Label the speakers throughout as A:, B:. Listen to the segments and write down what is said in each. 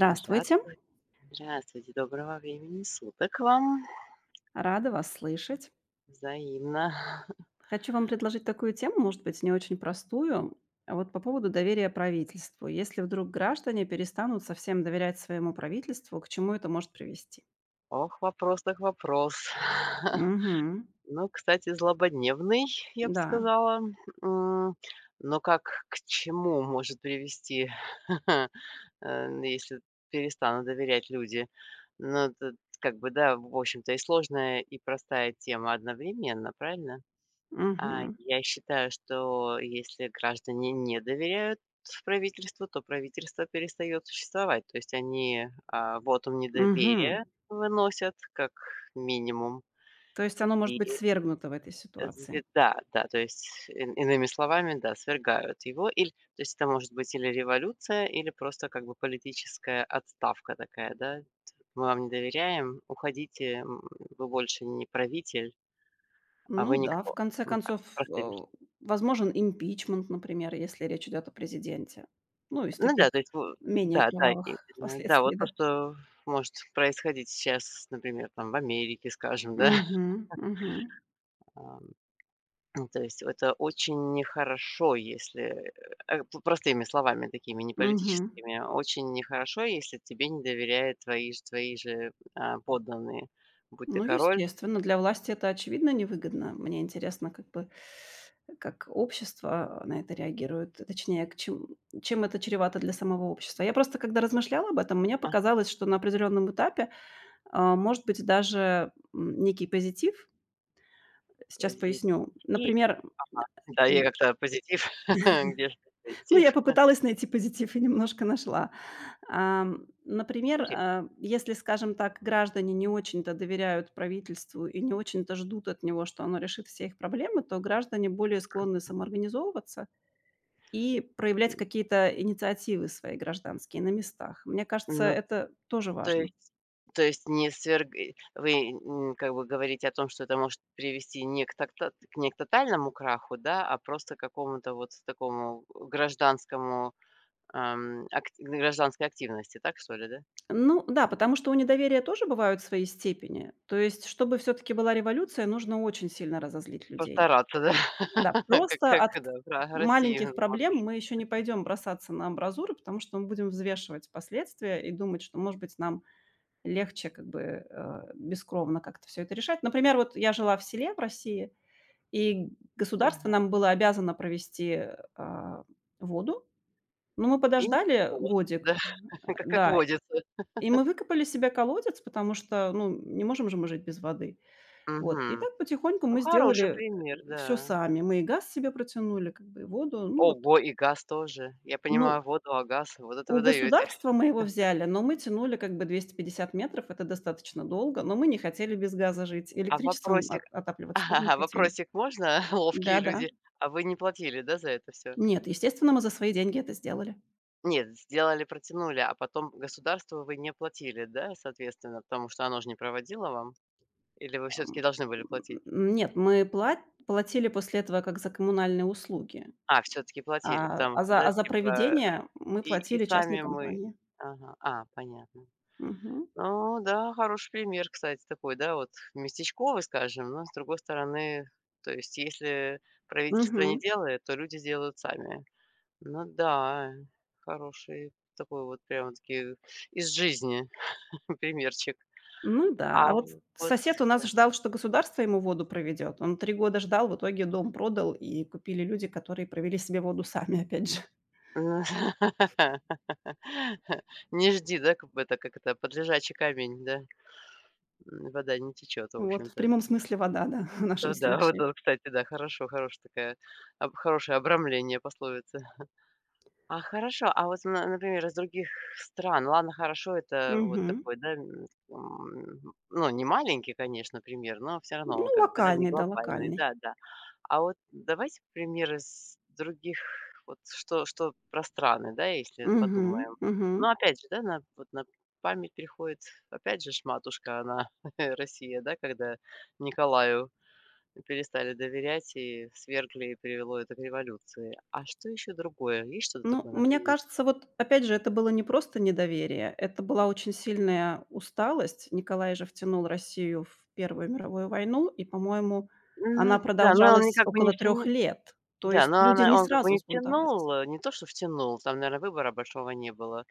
A: Здра Здравствуйте, доброго времени суток вам.
B: рада вас слышать.
A: Взаимно.
B: Хочу вам предложить такую тему, может быть, не очень простую, а вот по поводу доверия правительству. Если вдруг граждане перестанут совсем доверять своему правительству, к чему это может привести?
A: Ох, вопрос так вопрос.
B: Мгм.
A: Ну, кстати, злободневный, я бы
B: Да.
A: сказала. М, но как к чему может привести, если перестанут доверять люди? Ну, тут как бы, да, в общем-то, и сложная, и простая тема одновременно, правильно?
B: Мгм.
A: Я считаю, что если граждане не доверяют правительству, то правительство перестает существовать. То есть они вотум недоверия
B: Мгм.
A: выносят как минимум.
B: То есть оно может быть
A: И
B: свергнуто в этой ситуации?
A: да, да, то есть иными словами, да, свергают его. Или, то есть это может быть или революция, или просто как бы политическая отставка такая, да. Мы вам не доверяем, уходите, вы больше не правитель, а
B: Ну
A: вы
B: да, в
A: никто.
B: конце
A: Ну, так,
B: концов,
A: простыми
B: э, возможен импичмент, например, если речь идет о президенте. Ну, из
A: Ну
B: таких
A: да, то есть во
B: менее
A: да, да,
B: кровавых
A: именно. Да,
B: последствий,
A: вот то,
B: да.
A: что может происходить сейчас, например, там в Америке, скажем, да.
B: Угу. Мгм.
A: Ам, ну, то есть это очень нехорошо, если, э, п простыми словами, такими не
B: Мгм.
A: политическими, а очень нехорошо, если тебе не доверяют твои же, подданные, будь ты
B: Ну,
A: король.
B: естественно, для власти это, очевидно, невыгодно. Мне интересно, как бы, как общество, на это реагирует, точнее, к чем это чревато для самого общества. Я просто, когда размышляла об этом, мне
A: А,
B: показалось, что на определенном этапе, может быть даже, некий позитив. Сейчас
A: позитив.
B: поясню. Например,
A: Да,
B: э,
A: я как-то позитив. Где же
B: ну,
A: позитив?
B: я попыталась найти позитив и немножко нашла. Например,
A: Ри
B: если, скажем так, граждане не очень-то доверяют правительству и не очень-то ждут от него, что оно решит все их проблемы, то граждане более склонны самоорганизовываться и проявлять какие-то инициативы свои гражданские на местах. Мне кажется,
A: ну
B: это тоже
A: То
B: важно.
A: есть то есть не сверг и вы, как бы говорите о том, что это может привести не к тотальному краху, да, а просто к какому-то вот такому гражданскому, акти гражданской активности, так что ли, да?
B: Ну да, потому что у недоверия тоже бывают свои степени. То есть, чтобы все-таки была революция, нужно очень сильно разозлить людей.
A: Постараться, да,
B: Да,
A: как
B: просто
A: как,
B: от к
A: да, про
B: маленьких
A: Россию,
B: проблем
A: матушку.
B: мы еще не пойдем бросаться на амбразуры, потому что мы будем взвешивать последствия и думать, что, может быть, нам легче как бы, бескровно как-то все это решать. Например, вот я жила в селе в России, и государство
A: Ага.
B: нам было обязано провести, а, воду, но мы
A: И не
B: подождали
A: тост, да,
B: годик,
A: как
B: да,
A: водится.
B: и мы выкопали себе колодец, потому что, ну, не можем же мы жить без воды. Вот, и
A: Мгм.
B: так потихоньку
A: Ну,
B: мы
A: хороший
B: сделали,
A: пример,
B: все
A: да.
B: сами. Мы и газ себе протянули, как бы, и воду. Ну вот,
A: Ого, и газ тоже. Я
B: ну,
A: понимаю воду, а газ — вот это
B: у
A: вы даёте.
B: государства мы его взяли, но мы тянули как бы 250 метров, это достаточно долго, но мы не хотели без газа жить.
A: А
B: Электричеством о
A: вопросик
B: отапливаться тоже не хотели.
A: Вопросик можно? Ловкие
B: Да-да.
A: люди. А вы не платили, да, за это все?
B: Нет, естественно, мы за свои деньги это сделали.
A: Нет, сделали, протянули, а потом государству вы не платили, да, соответственно, потому что оно ж не проводило вам? Или вы все таки
B: Ам,
A: должны были платить?
B: нет, мы платили после этого как за коммунальные услуги,
A: А, все таки платили, потому что, да,
B: а за
A: типа,
B: проведение мы
A: и
B: платили частной
A: сами мы
B: компании.
A: Ага, понятно.
B: Мгм.
A: Ну да, хороший пример, кстати, такой, да, вот местечковый, скажем, но, с другой стороны, то есть, если правительство не
B: Мгм.
A: делает, то люди делают сами. Ну да, хороший такой вот прямо-таки из жизни примерчик.
B: Ну да,
A: А
B: а вот
A: вот
B: сосед у нас ждал, что государство ему воду проведет. Он 3 года ждал, в итоге дом продал, и купили люди, которые провели себе воду сами, опять же.
A: не жди, да, как бы это, как это, под лежачий камень, да, вода не течет, в
B: Вот, в
A: общем-то.
B: прямом смысле вода, да, в нашем
A: Ну да, вот
B: случае.
A: он, кстати, да, хорошо, хорошая такая, хорошее обрамление пословицы. А хорошо, а вот, на например, из других стран, ладно, хорошо, это вот
B: Мгм.
A: такой, да, ну, не маленький, конечно, пример, но все равно он
B: Ну,
A: как бы, да, не
B: локальный, да,
A: глобальный,
B: локальный.
A: да-да. А вот давайте пример из других, вот что про страны, да, если подумаем.
B: Мгм.
A: Ну, опять же, да, на память приходит, опять же ж, матушка она, Россия, да, когда Николаю перестали доверять и свергли, и привело это к революции. А что еще другое? Есть что-то
B: Ну,
A: такое на
B: мне
A: примете?
B: кажется, вот опять же, это было не просто недоверие, это была очень сильная усталость. Николай же втянул Россию в Первую мировую войну, и, по-моему,
A: Ну
B: она
A: да, но он
B: продолжалась
A: никак бы не
B: около трех
A: втянул.
B: лет. То
A: Да,
B: есть
A: но
B: люди
A: она
B: не
A: он как бы
B: сразу
A: не
B: взбунтовались.
A: втянул, не то что втянул, там, наверное выбора большого не было.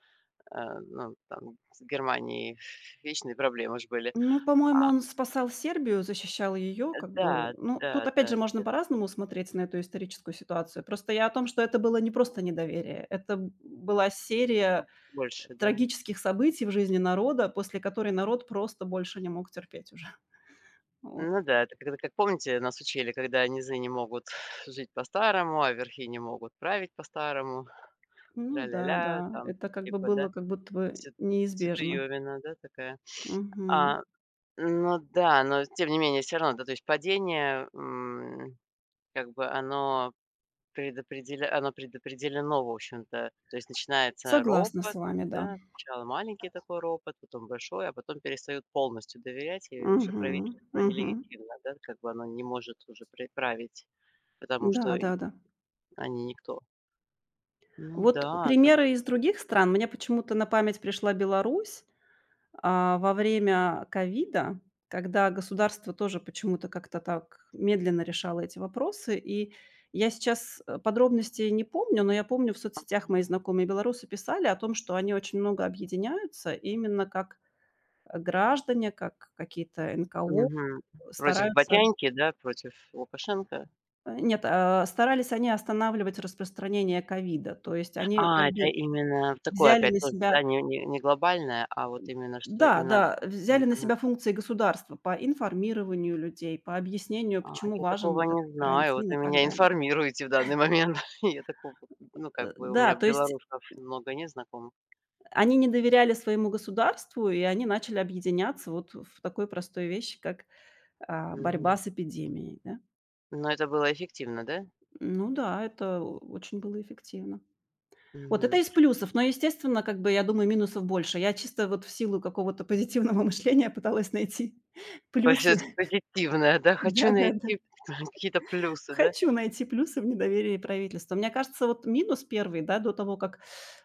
A: Ну, там с Германией вечные проблемы ж были.
B: Ну, по-моему, он спасал Сербию, защищал ее,
A: Э,
B: как
A: да,
B: бы. Ну,
A: да,
B: тут
A: да,
B: опять же можно
A: да,
B: по-разному смотреть на эту историческую ситуацию. Просто я о том, что это было не просто недоверие, это б была серия
A: больше, да.
B: трагических событий в жизни народа, после которой народ просто больше не мог терпеть уже. Вот.
A: Ну да, это когда, как помните, нас учили, когда низы не могут жить по-старому, а верхи не могут править по старому
B: Ну
A: ля
B: да,
A: Тра-ля-ля,
B: да,
A: там
B: это как бы
A: типа, да.
B: было как будто бы
A: Се
B: неизбежно.
A: Ситуевина, да, такая?
B: Мгм.
A: А, ну да, но тем не менее все равно, да, то есть падение, как бы оно предопределено, в общем-то. То есть начинается
B: Согласна
A: ропот,
B: с вами, да.
A: да, сначала маленький такой ропот, потом большой, а потом перестают полностью доверять, и уже
B: Мгм,
A: правительство
B: мгм.
A: нелегитимно, да, как бы оно не может уже пре править, потому что и
B: Да-да-да.
A: они никто. Ну
B: Вот
A: да, так
B: примеры
A: вот.
B: из других стран. Мне почему-то на память пришла Беларусь. А, во время ковида, когда государство тоже почему-то как-то так медленно решало эти вопросы, и я сейчас, подробностей не помню, но я помню, в соцсетях мои знакомые белорусы писали о том, что они очень много объединяются именно как, граждане, как какие-то НКО
A: Мгм. Против
B: стараются
A: Батяньки, да, против Лукашенко.
B: э, нет, а, старались они останавливать распространение ковида. То есть они как
A: Это
B: бы
A: именно в такое
B: взяли
A: опять
B: на
A: тоже, да,
B: себя.
A: не глобальное, а вот именно, что
B: Да,
A: им надо.
B: да, взяли
A: Мгм,
B: на
A: мгм.
B: себя функции государства по информированию людей, по объяснению,
A: А,
B: почему
A: я
B: важен
A: такого
B: вот этот
A: не знаю, вот
B: карантин
A: вы
B: и так
A: меня
B: далее.
A: информируете в данный момент. Я такого, ну, как бы у
B: Да,
A: меня
B: то есть
A: белорусов много не знакомых.
B: они не доверяли своему государству, и они начали объединяться вот в такой простой вещи, как,
A: Мгм.
B: борьба с эпидемией, да.
A: Но это было эффективно, да?
B: Ну да, это очень было эффективно. Вот это
A: Мгм.
B: из плюсов, но, естественно, как бы, я думаю, минусов больше. Я чисто вот в силу какого-то позитивного мышления пыталась найти
A: То
B: плюсы.
A: таки позитивное, да? Хочу
B: Да-да-да.
A: найти какие-то плюсы, да?
B: Хочу найти плюсы в недоверии правительства. Мне кажется, вот минус первый, да, до того, как,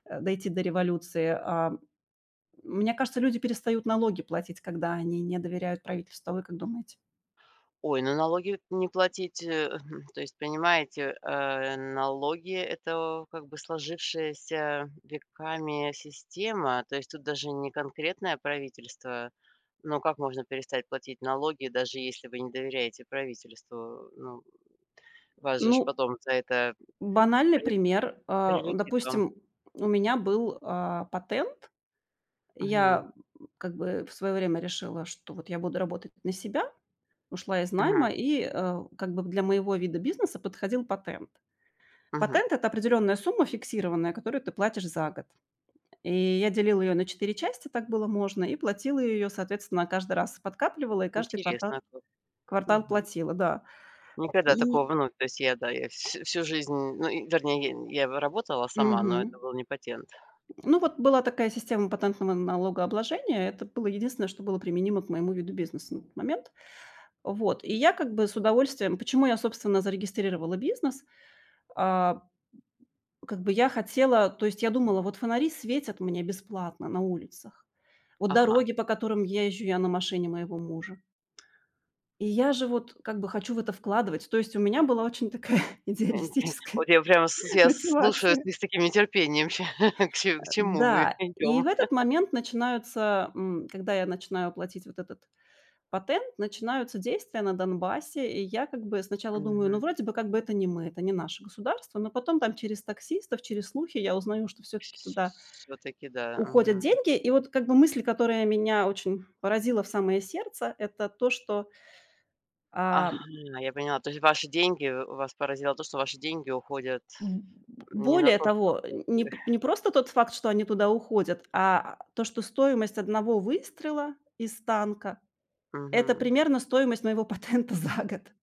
B: э, дойти до революции, мне кажется, люди перестают налоги платить, когда они не доверяют правительству. А вы как думаете?
A: Ой, ну налоги вот не платить, то есть, понимаете, налоги — это как бы сложившаяся веками система. То есть тут даже не конкретное правительство. Ну, как можно перестать платить налоги, даже если вы не доверяете правительству? Ну, вас же
B: Ну,
A: ж потом за это
B: банальный
A: при
B: пример. А,
A: прилетит вам.
B: допустим, у меня был, патент.
A: Мгм.
B: Я, как бы в свое время решила, что вот я буду работать на себя, ушла из найма,
A: Мгм.
B: и, как бы для моего вида бизнеса подходил патент.
A: Мгм.
B: Патент — это определенная сумма фиксированная, которую ты платишь за год. И я делила ее на 4 части, так было можно, и платила ее, соответственно, каждый раз подкапливала и каждый квартал
A: Интересно как.
B: квартал
A: Мгм.
B: платила, да.
A: Никогда
B: И
A: такого, ну, то есть я, да, я вс всю жизнь, ну, и вернее, я работала сама, но
B: мгм.
A: это был не патент.
B: Ну, вот была такая система патентного налогообложения. Это было единственное, что было применимо к моему виду бизнеса на тот момент. Вот. И я как бы с удовольствием. Почему я, собственно, зарегистрировала бизнес? А, как бы я хотела то есть я думала: «Вот фонари светят мне бесплатно на улицах. Вот
A: Ага.
B: дороги, по которым я езжу, я на машине моего мужа. И я же вот как бы хочу в это вкладывать». То есть у меня была очень такая
A: Инте
B: идеалистическая
A: Вот я прямо с я слушаю,
B: мотивация.
A: ты с таким нетерпением ща к чему мы
B: Да, и в
A: идем.
B: этот момент когда я начинаю платить вот этот патент, начинаются действия на Донбассе. И я как бы сначала думаю, ну, вроде бы как бы это не мы, это не наше государство, но потом там через таксистов, через слухи я узнаю, что все таки туда
A: Все таки да,
B: уходят
A: мгм.
B: деньги. И вот как бы мысль, которая меня очень поразила в самое сердце, это то, что, а,
A: Ага, я поняла. То есть ваши деньги вас поразило то, что ваши деньги уходят
B: Б
A: не на
B: более
A: то,
B: того,
A: чтобы
B: не просто тот факт, что они туда уходят, а то, что стоимость одного выстрела из танка — это
A: Мгм.
B: примерно стоимость моего патента за год.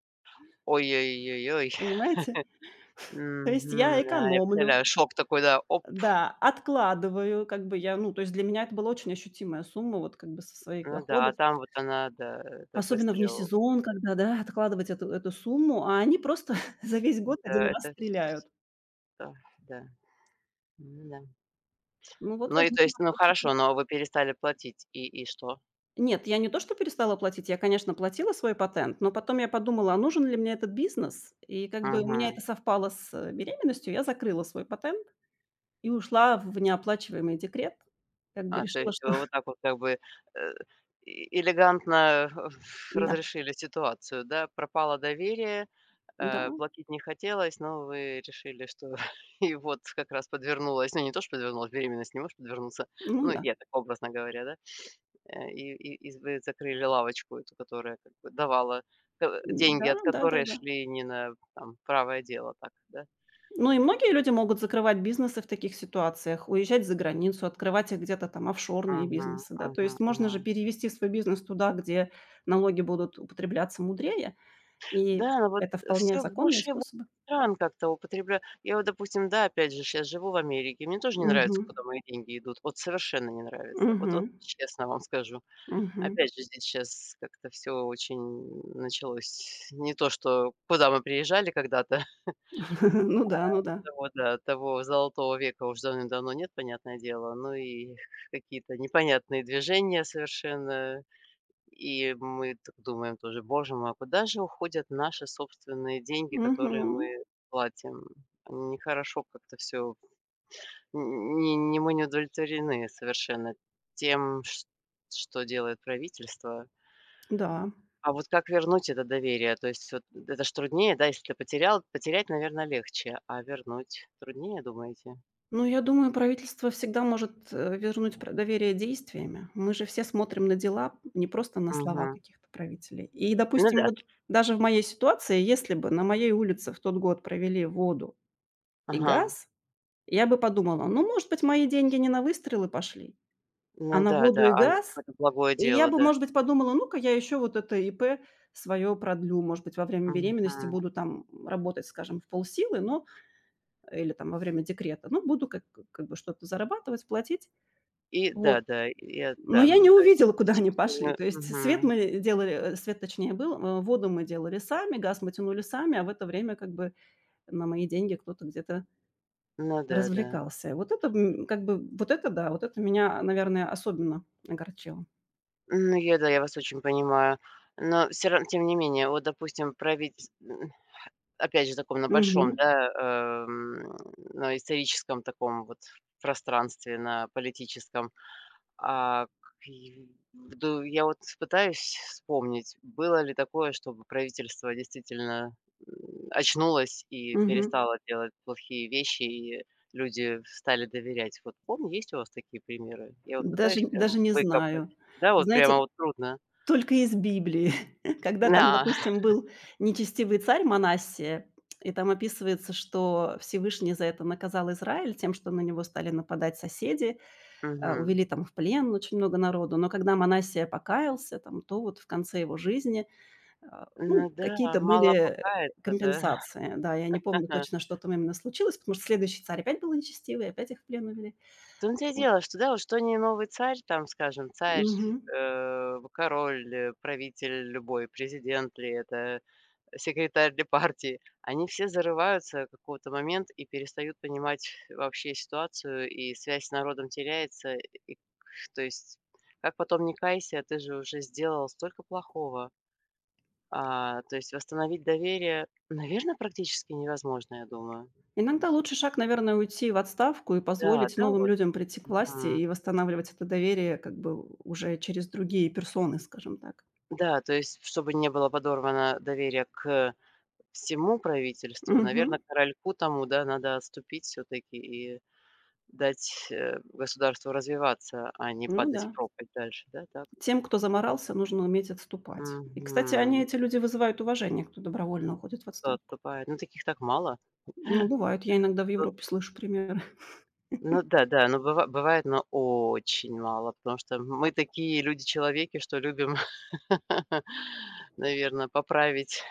A: Ой-ой-ой-ой.
B: Понимаете? То есть
A: Мгм.
B: я
A: Да, я
B: экономлю,
A: представляю, шок такой, да, оп.
B: да, откладываю, как бы я, ну, то есть для меня это была очень ощутимая сумма вот как бы со своих
A: Ну да, а
B: доходов,
A: там вот она, да, это
B: особенно вне
A: выстрел.
B: сезон, когда, да, откладывать эту сумму, а они просто за весь год один
A: Да,
B: раз
A: это всё,
B: стреляют.
A: да. Да, ну да.
B: Ну, вот
A: Ну и то
B: возникли
A: есть, ну
B: вопросики.
A: хорошо, но вы перестали платить, и что?
B: Нет, я не то что перестала платить, я, конечно, платила свой патент, но потом я подумала, а нужен ли мне этот бизнес? И как бы у меня
A: Мгм.
B: это совпало с беременностью, я закрыла свой патент и ушла в неоплачиваемый декрет. Как бы
A: То
B: решила,
A: есть
B: что
A: вы вот так вот как бы, э, элегантно
B: да,
A: разрешили ситуацию, да? Пропало доверие,
B: да,
A: платить не хотелось, но вы решили, что и вот как раз подвернулась, ну не то, что подвернулась, беременность не может подвернуться,
B: ну
A: ну
B: да,
A: я так образно говоря, да? И вы закрыли лавочку эту, которая как бы давала, деньги,
B: да,
A: от
B: да, да,
A: которой
B: да.
A: шли не на там правое дело, так, да?
B: Ну и многие люди могут закрывать бизнесы в таких ситуациях, уезжать за границу, открывать их где-то там офшорные
A: Мгм,
B: бизнесы, да. То
A: мгм,
B: есть можно же
A: мгм.
B: перевести свой бизнес туда, где налоги будут употребляться мудрее, и
A: Да, но вот
B: это вполне
A: все
B: законные
A: больше и больше
B: способы.
A: стран как-то употребля Я вот, допустим, да, опять же, сейчас живу в Америке, мне тоже не
B: Мгм.
A: нравится, куда мои деньги идут. Вот совершенно не нравится. Вот
B: Мгм.
A: честно вам скажу.
B: Мгм.
A: Опять же, здесь сейчас как-то все очень началось не то, что куда мы приезжали когда-то.
B: Ну да, ну да.
A: Того, да, того золотого века уж давным-давно нет, понятное дело. Ну и какие-то непонятные движения совершенно. И мы так думаем тоже: «Боже мой, а куда же уходят наши собственные деньги, которые
B: Мгм.
A: мы платим?» Нехорошо как-то все, не мы не удовлетворены совершенно тем, чт что делает правительство.
B: Да.
A: А вот как вернуть это доверие? То есть вот это ж труднее, да, если ты потерял, потерять, наверное легче, а вернуть труднее, думаете?
B: Ну, я думаю, правительство всегда может, вернуть пр доверие действиями. Мы же все смотрим на дела, не просто на слова
A: Мгм.
B: каких-то правителей. И,
A: Ну
B: допустим,
A: да.
B: вот даже в моей ситуации, если бы на моей улице в тот год провели воду и
A: Ага.
B: газ, я бы подумала: «Ну, может быть, мои деньги не на выстрелы пошли, а
A: Ну
B: на
A: да,
B: воду
A: да,
B: и
A: а на
B: газ?»
A: какое-то благое
B: И я
A: дело,
B: бы,
A: да.
B: может быть, подумала: «Ну-ка, я еще вот это ИП свое продлю». Может быть, во время беременности
A: Мгм.
B: буду там работать, скажем, в полсилы, но или там во время декрета, ну, буду как бы что-то зарабатывать, платить.
A: И
B: Вот.
A: да-да, я
B: Но
A: да,
B: я не
A: то есть
B: увидела, куда они пошли.
A: чувствую,
B: То есть свет
A: мгм.
B: мы делали, свет точнее был, воду мы делали сами, газ мы тянули сами, а в это время как бы на мои деньги кто-то где-то
A: Ну да, да.
B: развлекался. Вот это, как бы, вот это да, вот это меня, наверное, особенно огорчило.
A: Ну, я, да, я вас очень понимаю. Но все равно тем не менее, вот, допустим, править, опять же, таком на большом,
B: Мгм.
A: да, эм, на историческом таком вот пространстве, на политическом. А, к и в ду Я вот пытаюсь вспомнить, было ли такое, чтобы правительство действительно, очнулось и
B: Мгм.
A: перестало делать плохие вещи, и люди стали доверять. Вот помню, есть у вас такие примеры? Я вот
B: Даже
A: пытаюсь прям
B: даже не
A: выкопать.
B: знаю.
A: Да, вот
B: Знаете,
A: прямо вот трудно.
B: только из Библии, когда там,
A: Да.
B: допустим, был нечестивый царь Манассия, и там описывается, что Всевышний за это наказал Израиль тем, что на него стали нападать соседи,
A: Мгм.
B: увели там в плен очень много народу. Но когда Манассия покаялся, там, то вот в конце его жизни,
A: Ну
B: ну,
A: да,
B: какие-то были,
A: мало покаяться, да.
B: компенсации. Да, я не помню точно, что там именно случилось, потому что следующий царь опять был нечестивый, опять их в плен увели.
A: В том-то и
B: Вот.
A: дело, что да, вот что ни новый царь, там, скажем, царь,
B: Мгм.
A: король, правитель любой, президент ли это, секретарь ли партии, они все зарываются в какого-то момент и перестают понимать вообще ситуацию, и связь с народом теряется. И, то есть, как потом не кайся, ты же уже сделал столько плохого. То есть восстановить доверие, наверное, практически невозможно, я думаю.
B: Иногда лучший шаг, наверное, уйти в отставку и
A: Да,
B: позволить
A: да,
B: новым
A: вот.
B: людям прийти к власти
A: Мгм.
B: и восстанавливать это доверие как бы уже через другие персоны, скажем так.
A: Да, то есть, чтобы не было подорвано доверие к всему правительству,
B: Мгм.
A: наверное, корольку тому, да, надо отступить все таки и дать, государству развиваться, а не
B: Ну
A: падать в
B: да.
A: пропасть дальше, да, так?
B: Тем, кто заморался, нужно уметь отступать. И, кстати, они,
A: Мгм.
B: эти люди, вызывают уважение, кто добровольно уходит в
A: Кто
B: отставку.
A: отступает? Ну, таких так мало.
B: Ну, бывает, я иногда в
A: Тут
B: Европе слышу примеры.
A: ну да, да, ну, бывает, но очень мало, потому что мы такие люди-человеки, что любим, наверное, поправить,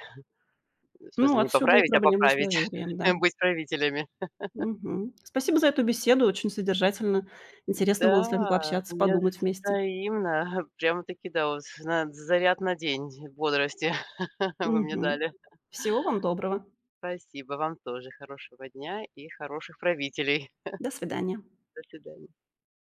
A: в
B: Ну,
A: смысле не
B: отсюда и
A: поправить, а
B: проблемы с
A: поправить,
B: доверием, да.
A: быть правителями.
B: Мгм. Спасибо за эту беседу, очень содержательно. Интересно было
A: Да,
B: с вами пообщаться,
A: мне
B: подумать вместе.
A: взаимно. Прямо-таки, да, вот на день бодрости вы мне
B: Мгм.
A: дали.
B: Всего вам доброго.
A: Спасибо, вам тоже хорошего дня и хороших правителей.
B: До свидания.
A: До свидания.